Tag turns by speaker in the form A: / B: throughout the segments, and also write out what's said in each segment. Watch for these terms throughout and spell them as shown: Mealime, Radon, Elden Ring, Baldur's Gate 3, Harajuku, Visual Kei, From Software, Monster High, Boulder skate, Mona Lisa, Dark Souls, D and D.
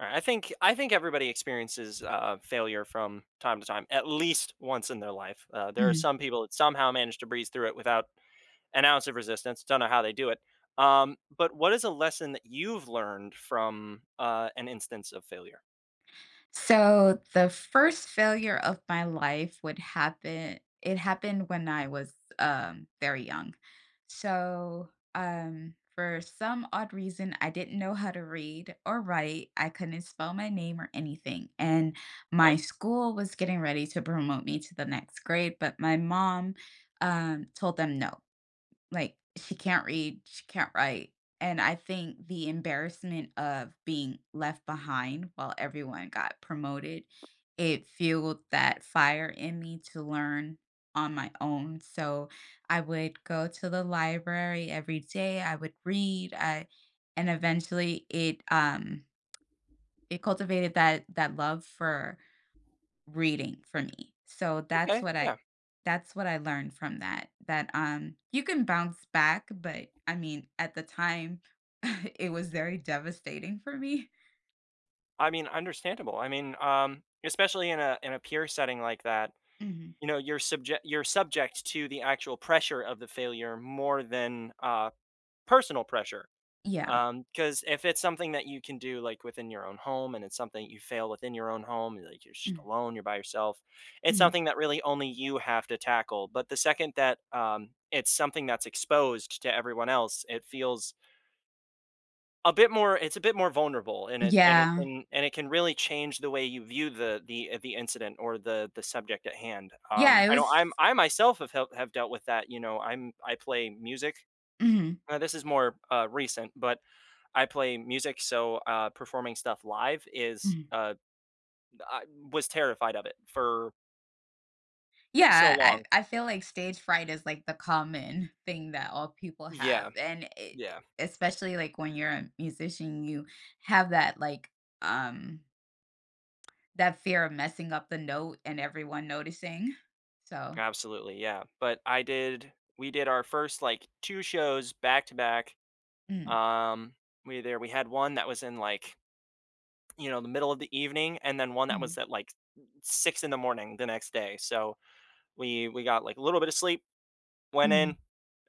A: Alright, I think everybody experiences, failure from time to time, at least once in their life. There are
B: Mm.
A: some people that somehow manage to breeze through it without an ounce of resistance, don't know how they do it. But what is a lesson that you've learned from, an instance of failure?
B: So the first failure of my life would happen it happened when I was very young. So for some odd reason I didn't know how to read or write. I couldn't spell my name or anything. And
A: Okay,
B: my school was getting ready to promote me to the next grade, but my mom told them no. Like, she can't read, she can't write, and I think the embarrassment of being left behind while everyone got promoted, it fueled that fire in me to learn on my own, so I would go to the library every day, I would read, I and eventually it cultivated that love for reading for me. So that's
A: okay,
B: what
A: yeah.
B: I that's what I learned from that. That you can bounce back, but I mean at the time it was very devastating for me.
A: I mean, understandable. I mean, especially in a peer setting like that,
B: Hmm.
A: you know, you're subject to the actual pressure of the failure more than, personal pressure.
B: Yeah.
A: Because if it's something that you can do, like, within your own home and it's something you fail within your own home, you're, like, you're just
B: Mm.
A: alone, you're by yourself, it's
B: Mhm.
A: something that really only you have to tackle, but the second that, it's something that's exposed to everyone else, it feels a bit more it's a bit more vulnerable, and it and it
B: Yeah.
A: can and it can really change the way you view the, the incident or the subject at hand.
B: Yeah, it
A: I know
B: was.
A: I myself have hel have dealt with that, you know, I play music.
B: Mhm,
A: This is more, recent, but I play music, so, performing stuff live is,
B: mhm.
A: uh I was terrified of it for so
B: Yeah, I
A: long.
B: I feel like stage fright is like the common thing that all people have
A: Yeah,
B: and
A: yeah,
B: especially like when you're a musician you have that like um that fear of messing up the note and everyone noticing. So,
A: absolutely, yeah, but I did we did our first, like, 2 shows back to back,
B: mm,
A: um, we had one that was in, like, you know, the middle of the evening, and then one that
B: mm,
A: was at, like, 6 in the morning the next day, so we got, like, a little bit of sleep, went
B: mm,
A: in,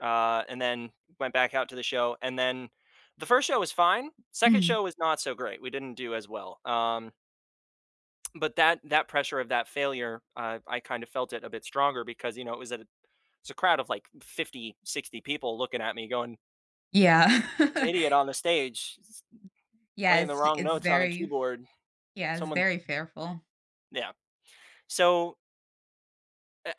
A: and then went back out to the show, and then the first show was fine. Second
B: mm.
A: show was not so great. We didn't do as well. But that pressure of that failure, I kind of felt it a bit stronger because you know it's a crowd of like 50, 60 people looking at me going,
B: Yeah.
A: "This idiot on the stage
B: Yeah,
A: playing the
B: it's
A: wrong notes on the
B: very,
A: keyboard."
B: yeah, it's
A: Someone,
B: very fearful.
A: yeah. So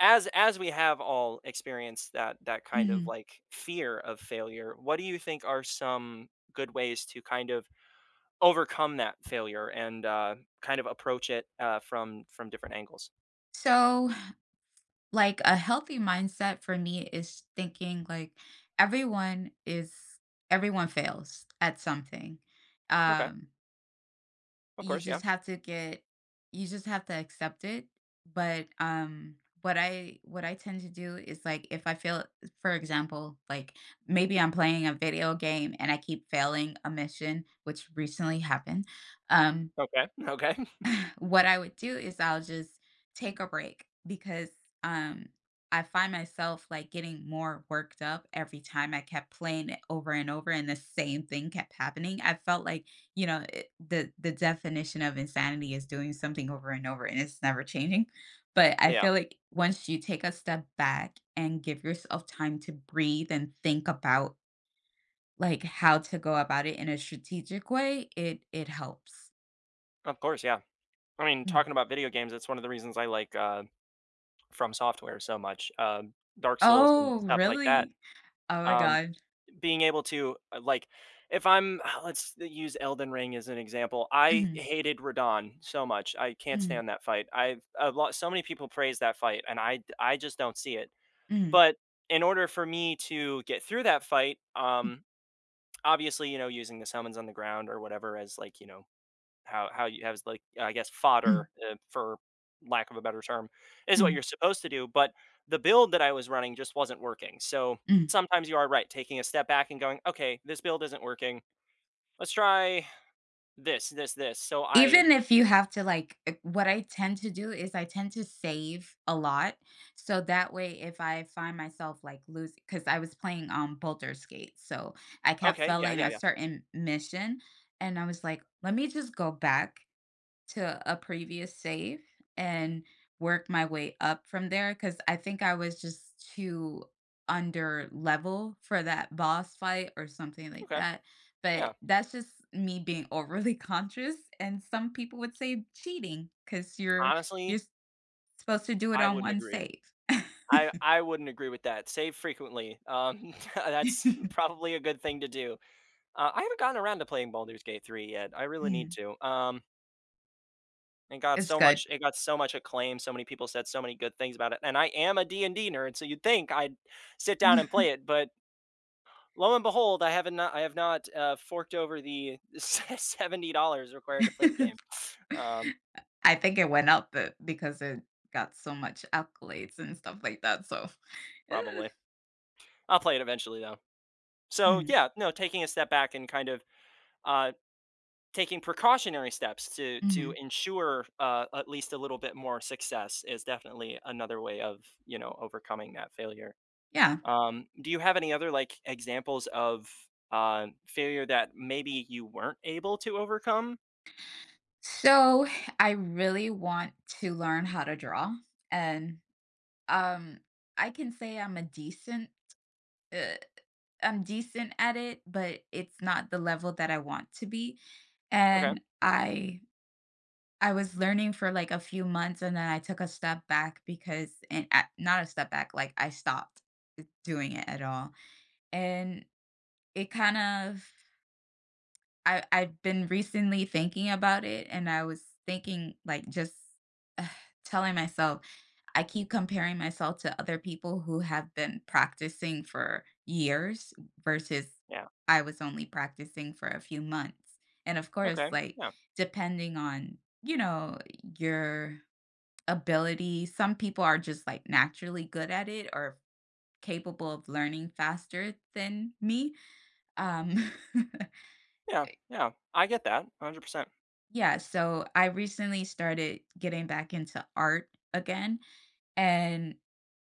A: as we have all experienced that kind of
B: Mhm.
A: like fear of failure, what do you think are some good ways to kind of overcome that failure and, kind of approach it, from different angles.
B: So, like, a healthy mindset for me is thinking like everyone is everyone fails at something.
A: Okay,
B: Um
A: of
B: You
A: course, yeah.
B: just have to accept it, but, what I tend to do is, like, if I feel for example, like, maybe I'm playing a video game and I keep failing a mission, which recently happened, um
A: Okay, okay.
B: what I would do is I'll just take a break because um I find myself like getting more worked up every time I kept playing it over and over and the same thing kept happening. I felt like, the definition of insanity is doing something over and over and it's never changing. But I
A: Yeah,
B: feel like once you take a step back and give yourself time to breathe and think about like how to go about it in a strategic way, it helps.
A: of course, yeah. I mean,
B: Mm.
A: talking about video games, it's one of the reasons I like, From Software so much, Dark Souls and
B: Oh,
A: stuff like that.
B: really? Oh my
A: Um,
B: god.
A: being able to, if I'm let's use Elden Ring as an example. I
B: Mhm,
A: hated Radon so much. I can't
B: mhm,
A: stand that fight. I've a lot so many people praise that fight, and I just don't see it.
B: mhm,
A: But in order for me to get through that fight,
B: mm,
A: obviously, you know, using the summons on the ground or whatever as like, you know, how you have like I guess
B: mm,
A: fodder for lack of a better term is what
B: mm,
A: you're supposed to do, but the build that I was running just wasn't working. So
B: mm.
A: sometimes you are right, taking a step back and going, okay, this build isn't working. Let's try this, this, this. So I,
B: Even if you have to like what I tend to do is I tend to save a lot, so that way if I find myself like losing, because I was playing, Boulder skate, so I kept
A: okay, yeah,
B: failing
A: yeah,
B: a
A: yeah,
B: certain mission, and I was like, "Let me just go back to a previous save and work my way up from there because I think I was just too under level for that boss fight or something like
A: okay,
B: that."
A: yeah.
B: But that's just me being overly conscious. And some people would say cheating because
A: Honestly,
B: you're s- supposed to do it
A: I
B: on
A: wouldn't
B: one
A: agree.
B: save.
A: I wouldn't agree with that. Save frequently. That's probably a good thing to do. I haven't gotten around to playing Baldur's Gate 3 yet. I really need
B: Mm,
A: to.
B: it's good.
A: It got so much acclaim. So many people said so many good things about it. And I am a D and d nerd, so you'd think I'd sit down and play it, but lo and behold, I have not forked over the $70 required to play the game. Um,
B: I think it went up, because it got so much accolades and stuff like that. So. eh,
A: probably. I'll play it eventually though. So,
B: mm,
A: yeah, no, taking a step back and kind of uh taking precautionary steps to
B: mhm.
A: ensure at least a little bit more success is definitely another way of you know overcoming that failure.
B: Yeah.
A: Um, do you have any other like examples of failure that maybe you weren't able to overcome?
B: So I really want to learn how to draw, and um, I can say uh, I'm decent at it, but it's not the level that I want to be.
A: Okay,
B: And I was learning for like a few months, and then I took a step back not a step back, like I stopped doing it at all, and it kind of I I've been recently thinking about it, and I was thinking like just, telling myself I keep comparing myself to other people who have been practicing for years versus
A: yeah,
B: I was only practicing for a few months. And of course,
A: okay,
B: like
A: yeah,
B: depending on, you know, your ability, some people are just like naturally good at it or capable of learning faster than me. Um
A: yeah, yeah, I get that 100%.
B: yeah, so I recently started getting back into art again. And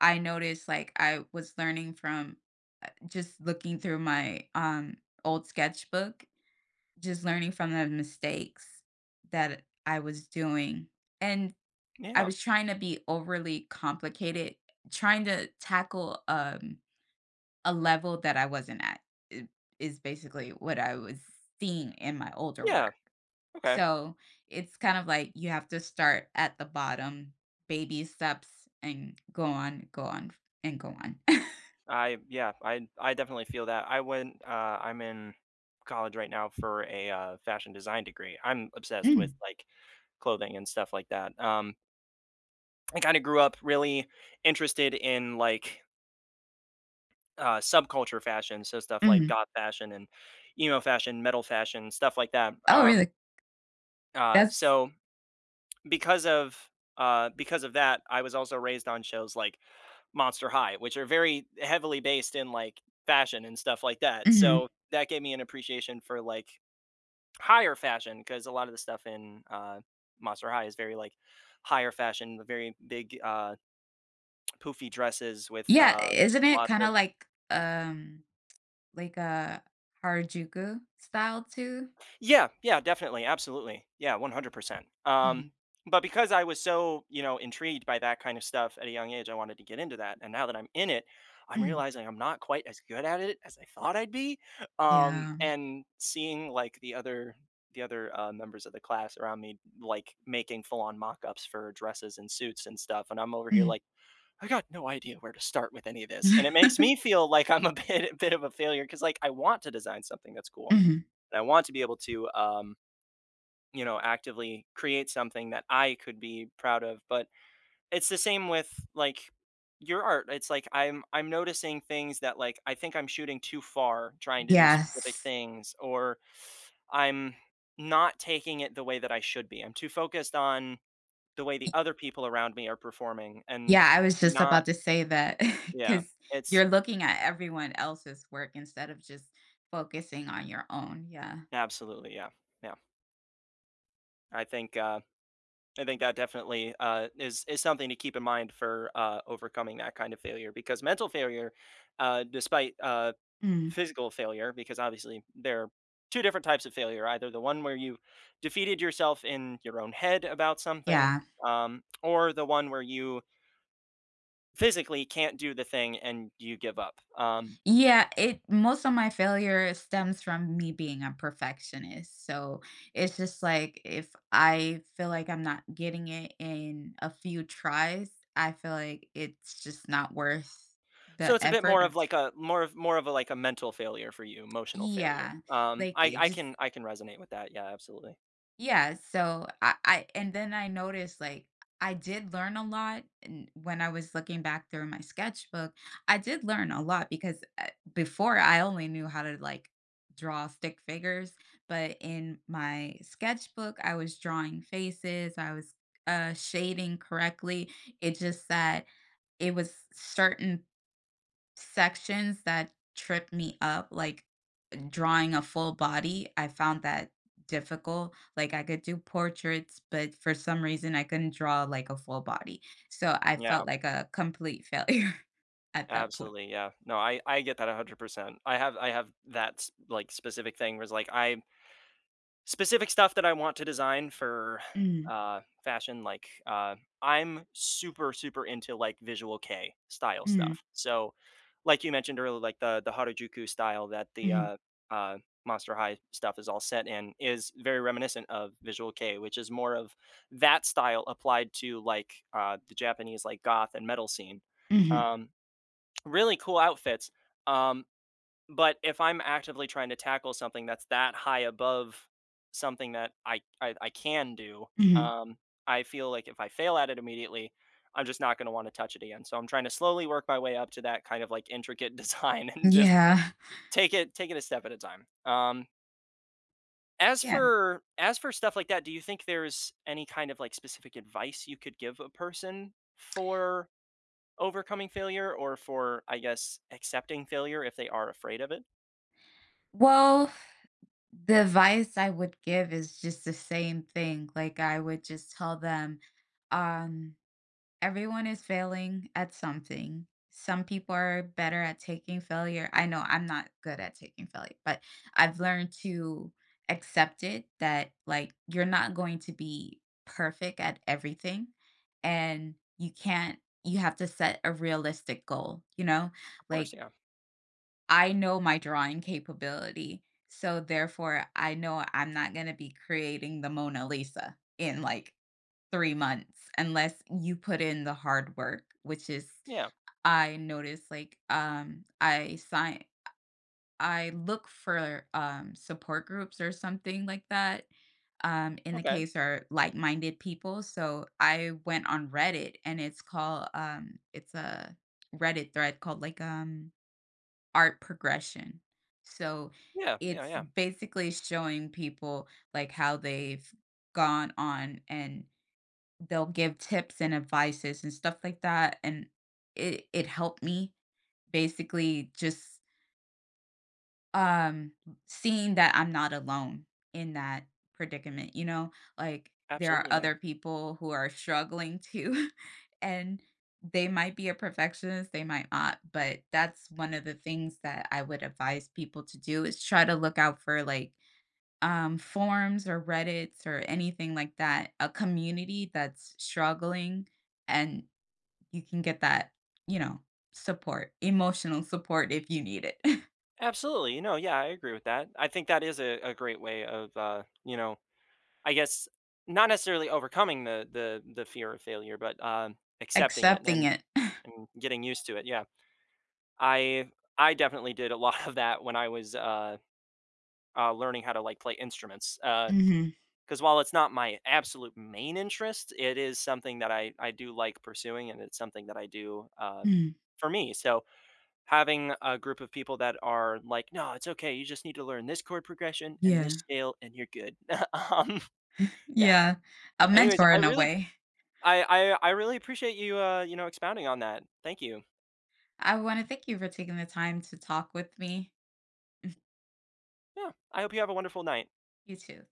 B: I noticed like I was learning from just looking through my old sketchbook, just learning from the mistakes that I was doing. And I
A: Yeah,
B: was trying to be overly complicated, trying to tackle a level that I wasn't at i- is basically what I was seeing in my older
A: yeah,
B: work.
A: okay.
B: So, it's kind of like you have to start at the bottom, baby steps, and go on, go on, and go on.
A: I Yeah, I definitely feel that. I'm in college right now for a fashion design degree. I'm obsessed with
B: Mm,
A: like clothing and stuff like that. I kind of grew up really interested in like subculture fashion, so stuff like
B: mhm.
A: goth fashion and emo fashion, metal fashion, stuff like that.
B: Oh, really? That's
A: So because of because of that, I was also raised on shows like Monster High, which are very heavily based in like fashion and stuff like that.
B: mhm.
A: So that gave me an appreciation for like higher fashion because a lot of the stuff in Monster High is very like higher fashion, very big poofy dresses with,
B: Yeah, isn't it
A: lots
B: kinda
A: of...
B: like a Harajuku style too?
A: Yeah, yeah, definitely, absolutely. Yeah, 100%.
B: Mhm,
A: But because I was so, you know, intrigued by that kind of stuff at a young age, I wanted to get into that, and now that I'm in it, I'm
B: mhm.
A: realizing I'm not quite as good at it as I thought I'd be,
B: Yeah.
A: and seeing, like, the other, members of the class around me, like, making full-on mock-ups for dresses and suits and stuff, and I'm over here
B: Mhm.
A: like I got no idea where to start with any of this, and it makes me feel like I'm a bit a bit of a failure. Because like, I want to design something that's cool,
B: Mhm.
A: and I want to be able to, you know, actively create something that I could be proud of, but it's the same with, like, your art. It's like I'm noticing things that, like, I think I'm shooting too far trying to do specific
B: Yes.
A: things, or I'm not taking it the way that I should be. I'm too focused on the way the other people around me are performing and
B: Yeah, I was just
A: not...
B: about to say that because
A: Yeah,
B: 'cause
A: it's...
B: you're looking at everyone else's work instead of just focusing on your own, yeah.
A: Absolutely, yeah, yeah. I think, uh, I think that definitely, is something to keep in mind for, overcoming that kind of failure because mental failure, despite,
B: Mm,
A: physical failure, because obviously there are 2 different types of failure, either the one where you defeated yourself in your own head about something,
B: yeah.
A: or the one where you physically can't do the thing and you give up,
B: Yeah, it most of my failure stems from me being a perfectionist, so it's just like if I feel like I'm not getting it in a few tries, I feel like it's just not worth
A: so
B: the
A: it's a bit
B: effort
A: more
B: or
A: of
B: t
A: like a more of a like a mental failure for you, emotional failure.
B: Yeah, like. It just
A: I can resonate with that. Yeah, absolutely.
B: Yeah, so I and then I noticed like I did learn a lot and when I was looking back through my sketchbook. I did learn a lot because, before I only knew how to like draw stick figures, but in my sketchbook I was drawing faces, I was shading correctly. It just that it was certain sections that tripped me up like drawing a full body, I found that difficult. Like I could do portraits, but for some reason I couldn't draw like a full body. So I
A: Yeah,
B: felt like a complete failure at that point.
A: absolutely. Yeah. No, I get that 100%. I have that like specific thing where it's like I specific stuff that I want to design for,
B: Mm,
A: fashion, like, I'm super, super into, like, visual Kei style
B: mm,
A: stuff. So, like you mentioned earlier, like, the Harajuku style that the,
B: mm,
A: uh, Monster High stuff is all set in is very reminiscent of visual Kei, which is more of that style applied to, like, the Japanese, like, goth and metal scene.
B: mhm,
A: Um, really cool outfits. Um, but if I'm actively trying to tackle something that's that high above something that I can do,
B: mhm.
A: um, I feel like if I fail at it immediately, I'm just not going to want to touch it again. So I'm trying to slowly work my way up to that kind of like intricate design and just
B: Yeah.
A: take it a step at a time.
B: Yeah.
A: As for stuff like that, do you think there's any kind of like specific advice you could give a person for overcoming failure or for I guess accepting failure if they are afraid of it?
B: Well, the advice I would give is just the same thing. Like I would just tell them. um, Everyone is failing at something. Some people are better at taking failure. I know I'm not good at taking failure, but I've learned to accept it that like you're not going to be perfect at everything and you can't you have to set a realistic goal, you know?
A: Of course,
B: Like
A: yeah.
B: I know my drawing capability. So therefore I know I'm not going to be creating the Mona Lisa in like 3 months unless you put in the hard work, which is
A: Yeah.
B: I noticed, like, I look for, support groups or something like that, in the
A: Okay.
B: case are like-minded people, so I went on Reddit and it's a Reddit thread called, like, art progression. So,
A: Yeah, yeah,
B: it's
A: yeah.
B: basically showing people, like, how they've gone on and they'll give tips and advices and stuff like that, and it helped me basically just, um, seeing that I'm not alone in that predicament, you know? Like, there are
A: Absolutely, yeah.
B: other people who are struggling too, and they might be a perfectionist, they might not, but that's one of the things that I would advise people to do is try to look out for, like, forums or Reddits or anything like that, a community that's struggling, and you can get that, you know, support, emotional support if you need it.
A: Absolutely, you know, yeah, I agree with that. I think that is a great way of you know, I guess not necessarily overcoming the fear of failure, but accepting it
B: Accepting it.
A: and getting used to it. Yeah. I I definitely did a lot of that when I was learning how to like play instruments. Uh,
B: Mhm,
A: because while it's not my absolute main interest, it is something that I do like pursuing, and it's something that I do,
B: mm,
A: for me. So having a group of people that are like, no, it's okay. You just need to learn this chord progression and this
B: yeah,
A: scale, and you're good. um, yeah.
B: yeah, a
A: Anyways,
B: mentor in a way.
A: I, I really appreciate you, you know, expounding on that. Thank you.
B: I want to thank you for taking the time to talk with me.
A: Yeah. I hope you have a wonderful night.
B: You too.